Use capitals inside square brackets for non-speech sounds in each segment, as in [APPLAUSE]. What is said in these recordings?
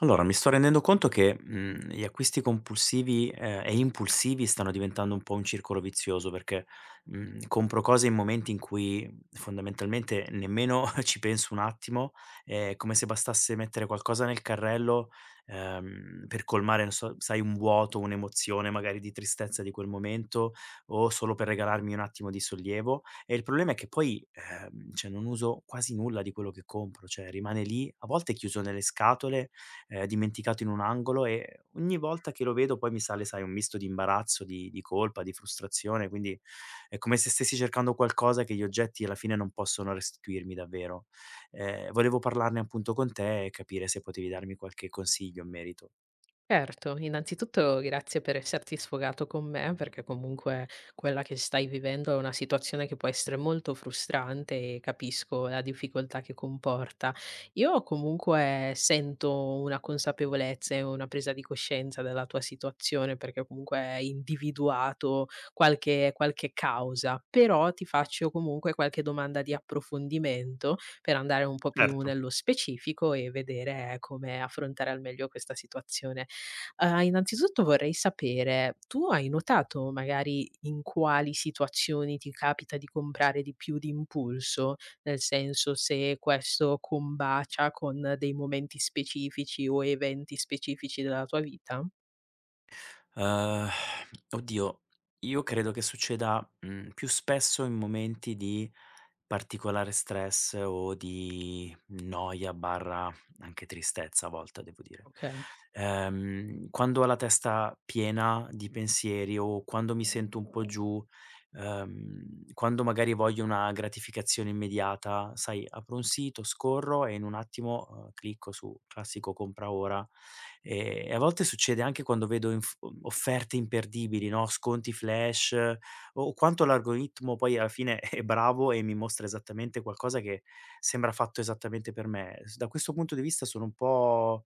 Allora, mi sto rendendo conto che, gli acquisti compulsivi, e impulsivi stanno diventando un po' un circolo vizioso perché, compro cose in momenti in cui fondamentalmente nemmeno [LAUGHS] ci penso un attimo, è come se bastasse mettere qualcosa nel carrello, per colmare, non so, sai, un vuoto, un'emozione magari di tristezza di quel momento o solo per regalarmi un attimo di sollievo. E il problema è che poi, cioè non uso quasi nulla di quello che compro, cioè rimane lì, a volte chiuso nelle scatole dimenticato in un angolo e ogni volta che lo vedo poi mi sale, sai, un misto di imbarazzo, di colpa, di frustrazione, quindi è come se stessi cercando qualcosa che gli oggetti alla fine non possono restituirmi davvero. Volevo parlarne appunto con te e capire se potevi darmi qualche consiglio in merito. Certo, innanzitutto grazie per esserti sfogato con me, perché comunque quella che stai vivendo è una situazione che può essere molto frustrante e capisco la difficoltà che comporta. Io comunque sento una consapevolezza e una presa di coscienza della tua situazione, perché comunque hai individuato qualche causa, però ti faccio comunque qualche domanda di approfondimento per andare un po' più Certo. nello specifico e vedere come affrontare al meglio questa situazione. Innanzitutto vorrei sapere, tu hai notato magari in quali situazioni ti capita di comprare di più d'impulso? Nel senso, se questo combacia con dei momenti specifici o eventi specifici della tua vita? Uhm, Oddio, io credo che succeda, più spesso in momenti di particolare stress o di noia barra anche tristezza a volte, devo dire. Okay. Quando ho la testa piena di pensieri o quando mi sento un po' giù, quando magari voglio una gratificazione immediata, sai, apro un sito, scorro e in un attimo, clicco su classico compra ora. E a volte succede anche quando vedo inf offerte imperdibili, no, sconti flash, o quanto l'algoritmo poi alla fine [LAUGHS] è bravo e mi mostra esattamente qualcosa che sembra fatto esattamente per me. S Da questo punto di vista sono un po',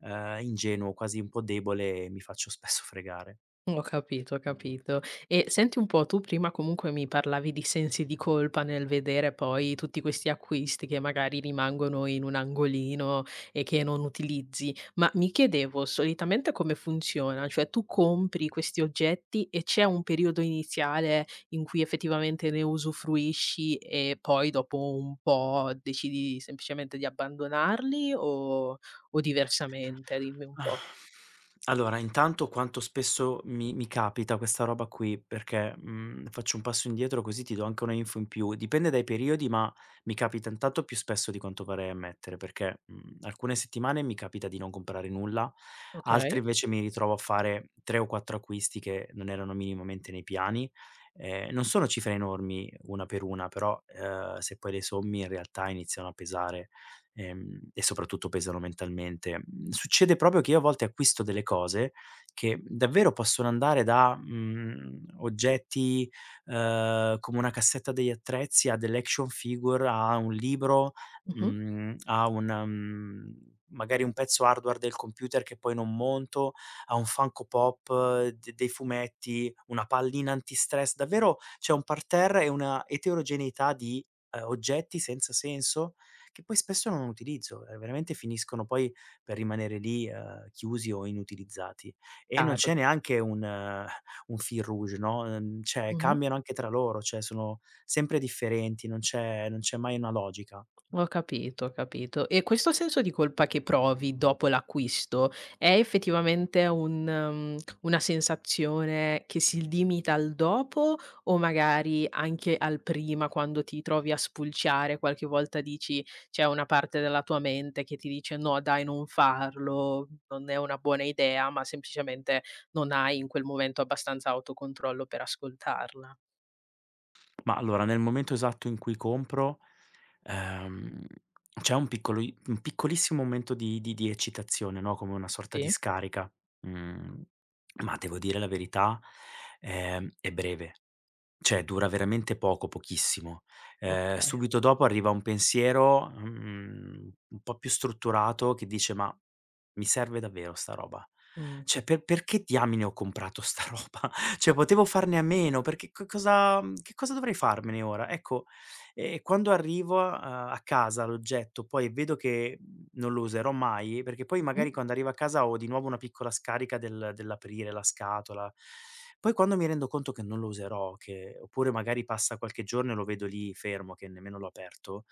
ingenuo, quasi un po' debole e mi faccio spesso fregare. Ho capito, ho capito. E senti un po', tu prima comunque mi parlavi di sensi di colpa nel vedere poi tutti questi acquisti che magari rimangono in un angolino e che non utilizzi, ma mi chiedevo solitamente come funziona, cioè tu compri questi oggetti e c'è un periodo iniziale in cui effettivamente ne usufruisci e poi dopo un po' decidi semplicemente di abbandonarli o diversamente? Dimmi un Ah. po'. Allora, intanto quanto spesso mi capita questa roba qui, perché, faccio un passo indietro così ti do anche una info in più. Dipende dai periodi, ma mi capita intanto più spesso di quanto vorrei ammettere, perché, alcune settimane mi capita di non comprare nulla, Ok? altre invece mi ritrovo a fare 3 o 4 acquisti che non erano minimamente nei piani. Non sono cifre enormi una per una, però, se poi le sommi in realtà iniziano a pesare e soprattutto pesano mentalmente. Mhmm, Succede proprio che io a volte acquisto delle cose che davvero possono andare da, oggetti, come una cassetta degli attrezzi a delle action figure, a un libro, Mhm. mhmm, a un mhmm, magari un pezzo hardware del computer che poi non monto, a un Funko Pop de dei fumetti, una pallina antistress. Davvero c'è un parterre e una eterogeneità di, oggetti senza senso che poi spesso non utilizzo, veramente finiscono poi per rimanere lì, chiusi o inutilizzati. E non Chiaro. c'è neanche un fil rouge, no, cioè cambiano anche tra loro, cioè sono sempre differenti, non c'è mai una logica. Ho capito, ho capito. E questo senso di colpa che provi dopo l'acquisto è effettivamente una sensazione che si limita al dopo o magari anche al prima quando ti trovi a spulciare, qualche volta dici c'è una parte della tua mente che ti dice: "No dai non farlo, non è una buona idea", ma semplicemente non hai in quel momento abbastanza autocontrollo per ascoltarla. Ma allora, nel momento esatto in cui compro, ehm, c'è un piccolo i un piccolissimo momento di eccitazione, no, come una sorta di Sì? scarica, mhmm, ma devo dire la verità, è breve. Cioè dura veramente poco, pochissimo. Okay. Subito dopo arriva un pensiero, un po' più strutturato che dice: "Ma mi serve davvero sta roba? Mh. Cioè perché diamine ho comprato sta [LAUGHS] roba? Cioè potevo farne a meno, perché co cosa che cosa dovrei farmene ora?" Ecco, quando arrivo a casa l'oggetto, poi vedo che non lo userò mai, perché poi Mh-mh. magari quando arrivo a casa ho di nuovo una piccola scarica dell'aprire la scatola. Poi quando mi rendo conto che non lo userò, che oppure magari passa qualche giorno e lo vedo lì fermo, che nemmeno l'ho aperto,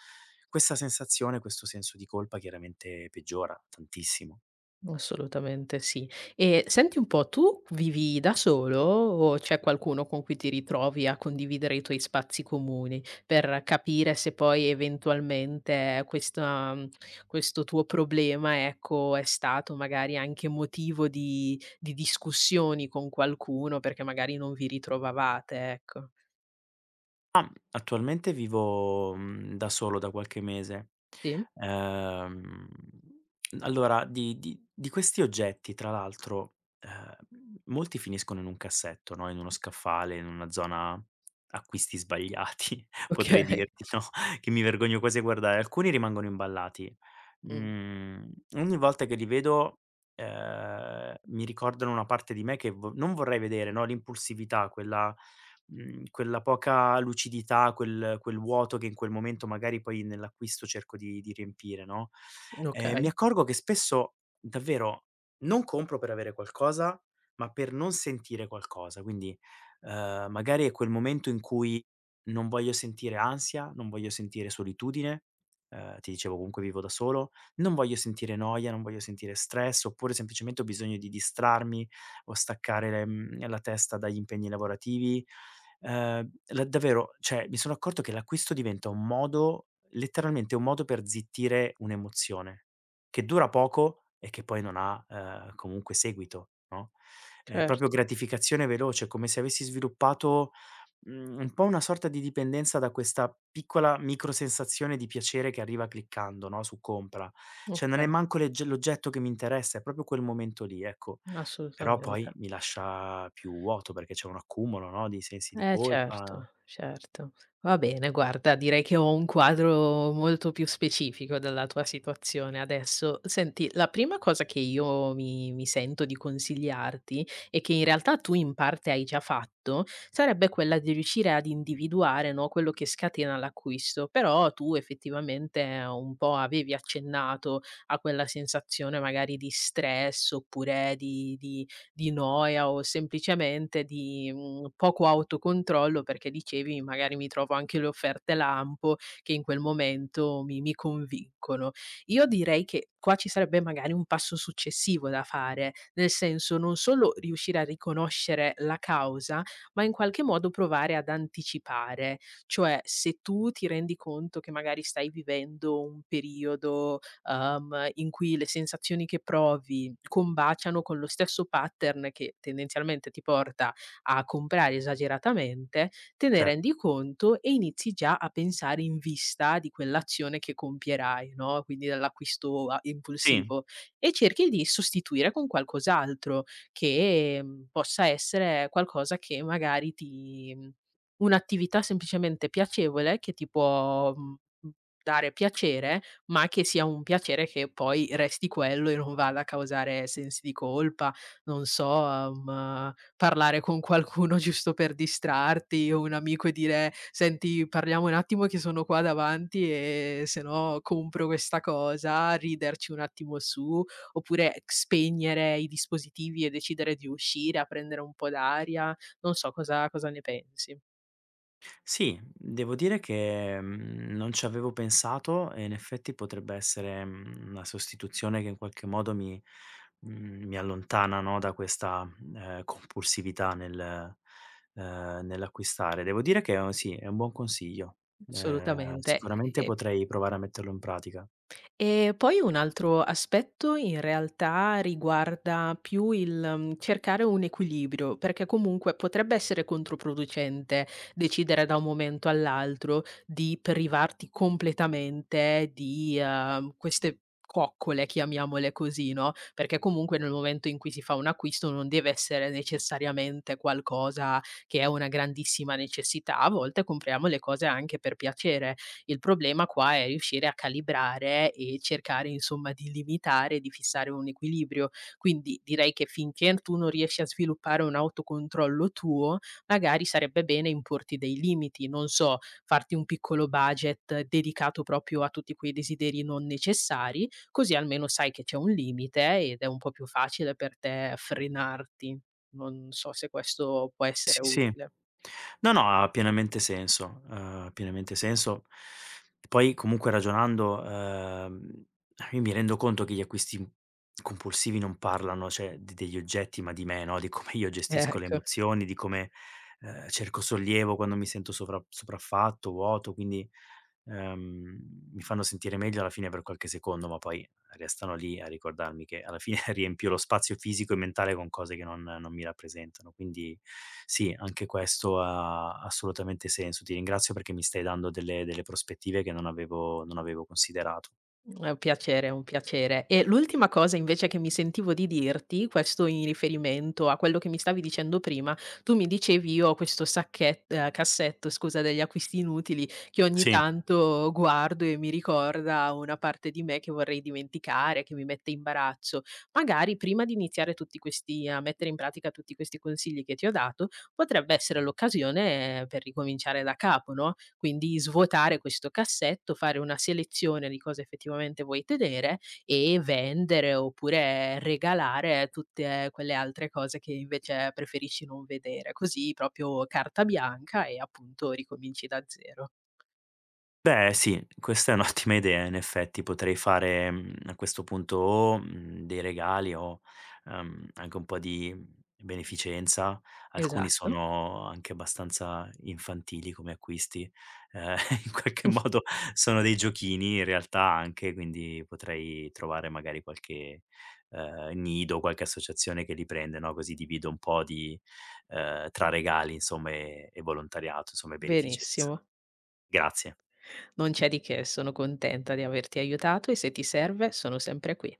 questa sensazione, questo senso di colpa chiaramente peggiora tantissimo. Assolutamente sì. E senti un po', tu vivi da solo o c'è qualcuno con cui ti ritrovi a condividere i tuoi spazi comuni per capire se poi eventualmente questa, questo tuo problema, ecco, è stato magari anche motivo di discussioni con qualcuno perché magari non vi ritrovavate, ecco. Attualmente vivo, da solo da qualche mese. Sì? Ehm, allora di questi oggetti tra l'altro, molti finiscono in un cassetto, no, in uno scaffale, in una zona acquisti sbagliati [LAUGHS] Ok. potrei dirti, no, [LAUGHS] che mi vergogno quasi a guardare. Alcuni rimangono imballati. Mm, Ogni volta che li vedo, mi ricordano una parte di me che vo non vorrei vedere, no, l'impulsività, quella quella poca lucidità, quel vuoto che in quel momento magari poi nell'acquisto cerco di riempire, no, mi ok, accorgo che spesso davvero non compro per avere qualcosa, ma per non sentire qualcosa. Quindi, magari è quel momento in cui non voglio sentire ansia, non voglio sentire solitudine, ti dicevo comunque vivo da solo, non voglio sentire noia, non voglio sentire stress, oppure semplicemente ho bisogno di distrarmi o staccare, la testa dagli impegni lavorativi. La Davvero, cioè mi sono accorto che l'acquisto diventa un modo letteralmente un modo per zittire un'emozione, che dura poco e che poi non ha, comunque seguito, no, è proprio certo. gratificazione veloce, come se avessi sviluppato, un po' una sorta di dipendenza da questa piccola micro sensazione di piacere che arriva cliccando, no, su compra. Cioè Ok, non è manco legge l'oggetto che mi interessa, è proprio quel momento lì, ecco. Però assolutamente. poi mi lascia più vuoto perché c'è un accumulo, no, di sensi di Eh colpa. certo, certo. Va bene, guarda, direi che ho un quadro molto più specifico della tua situazione adesso. Senti, la prima cosa che io mi sento di consigliarti e che in realtà tu in parte hai già fatto, sarebbe quella di riuscire ad individuare, no, quello che scatena l'acquisto. Però tu effettivamente un po' avevi accennato a quella sensazione magari di stress oppure di noia o semplicemente di, poco autocontrollo perché dicevi: "Magari mi trovo anche le offerte lampo che in quel momento mi convincono". Io direi che qua ci sarebbe magari un passo successivo da fare, nel senso non solo riuscire a riconoscere la causa, ma in qualche modo provare ad anticipare. Cioè, se tu ti rendi conto che magari stai vivendo un periodo in cui le sensazioni che provi combaciano con lo stesso pattern che tendenzialmente ti porta a comprare esageratamente, te ne Cioè rendi conto e inizi già a pensare in vista di quell'azione che compierai, no, quindi dell'acquisto a sì, impulsivo e cerchi di sostituire con qualcos'altro che, possa essere qualcosa che magari ti un'attività semplicemente piacevole che ti può, dare piacere ma che sia un piacere che poi resti quello e non vada a causare sensi di colpa, non so, parlare con qualcuno [LAUGHS] giusto per distrarti o un amico e dire: "Senti parliamo un attimo che sono qua davanti e se no compro questa cosa", riderci un attimo su, oppure spegnere i dispositivi e decidere di uscire a prendere un po' d'aria. Non so cosa ne pensi. sì, devo dire che, non ci avevo pensato e in effetti potrebbe essere, una sostituzione che in qualche modo mi allontana, no, da questa, compulsività nel nell'acquistare. Devo dire che è un sì, è un buon consiglio. Assolutamente, Sicuramente e potrei provare a metterlo in pratica. E poi un altro aspetto in realtà riguarda più il, cercare un equilibrio, perché comunque potrebbe essere controproducente decidere da un momento all'altro di privarti completamente di, queste coccole, chiamiamole così, no, perché comunque nel momento in cui si fa un acquisto non deve essere necessariamente qualcosa che è una grandissima necessità, a volte compriamo le cose anche per piacere. Il problema qua è riuscire a calibrare e cercare insomma di limitare, di fissare un equilibrio. Quindi direi che finché tu non riesci a sviluppare un autocontrollo tuo, magari sarebbe bene importi dei limiti, non so, farti un piccolo budget dedicato proprio a tutti quei desideri non necessari, così almeno sai che c'è un limite ed è un po' più facile per te frenarti. Non so se questo può essere Sì, sì. utile. No, no, ha pienamente senso, ha pienamente senso. Poi comunque ragionando, io mi rendo conto che gli acquisti compulsivi non parlano, cioè, di degli oggetti, ma di me, no, di come io [LAUGHS] gestisco le Ecco. emozioni, di come, cerco sollievo quando mi sento sovra sopraffatto, vuoto, quindi Ehm, mi fanno sentire meglio alla fine per qualche secondo, ma poi restano lì a ricordarmi che alla fine [LAUGHS] riempio lo spazio fisico e mentale con cose che non mi rappresentano. Quindi sì, anche questo ha assolutamente senso. Ti ringrazio perché mi stai dando delle prospettive che non avevo considerato. È un piacere, è un piacere. E l'ultima cosa invece che mi sentivo di dirti, questo in riferimento a quello che mi stavi dicendo prima, tu mi dicevi: "Io ho questo sacchet cassetto scusa, degli acquisti inutili che ogni Sì. tanto guardo e mi ricorda una parte di me che vorrei dimenticare, che mi mette imbarazzo". Magari prima di iniziare tutti questi a mettere in pratica tutti questi consigli che ti ho dato, potrebbe essere l'occasione per ricominciare da capo, no, quindi svuotare questo cassetto, fare una selezione di cosa effettivamente vuoi tenere e vendere oppure regalare tutte quelle altre cose che invece preferisci non vedere, così proprio carta bianca e appunto ricominci da zero. Beh sì, questa è un'ottima idea in effetti, potrei fare, a questo punto o, dei regali o, anche un po' di beneficenza. Alcuni Esatto. sono anche abbastanza infantili come acquisti, ehm, [LAUGHS] in qualche modo [LAUGHS] sono dei giochini in realtà anche, quindi potrei trovare magari qualche, nido, qualche associazione che li prende, no, così divido un po' di tra regali insomma e volontariato, insomma e beneficenza. Benissimo. Grazie. Non c'è di che, sono contenta di averti aiutato e se ti serve sono sempre qui.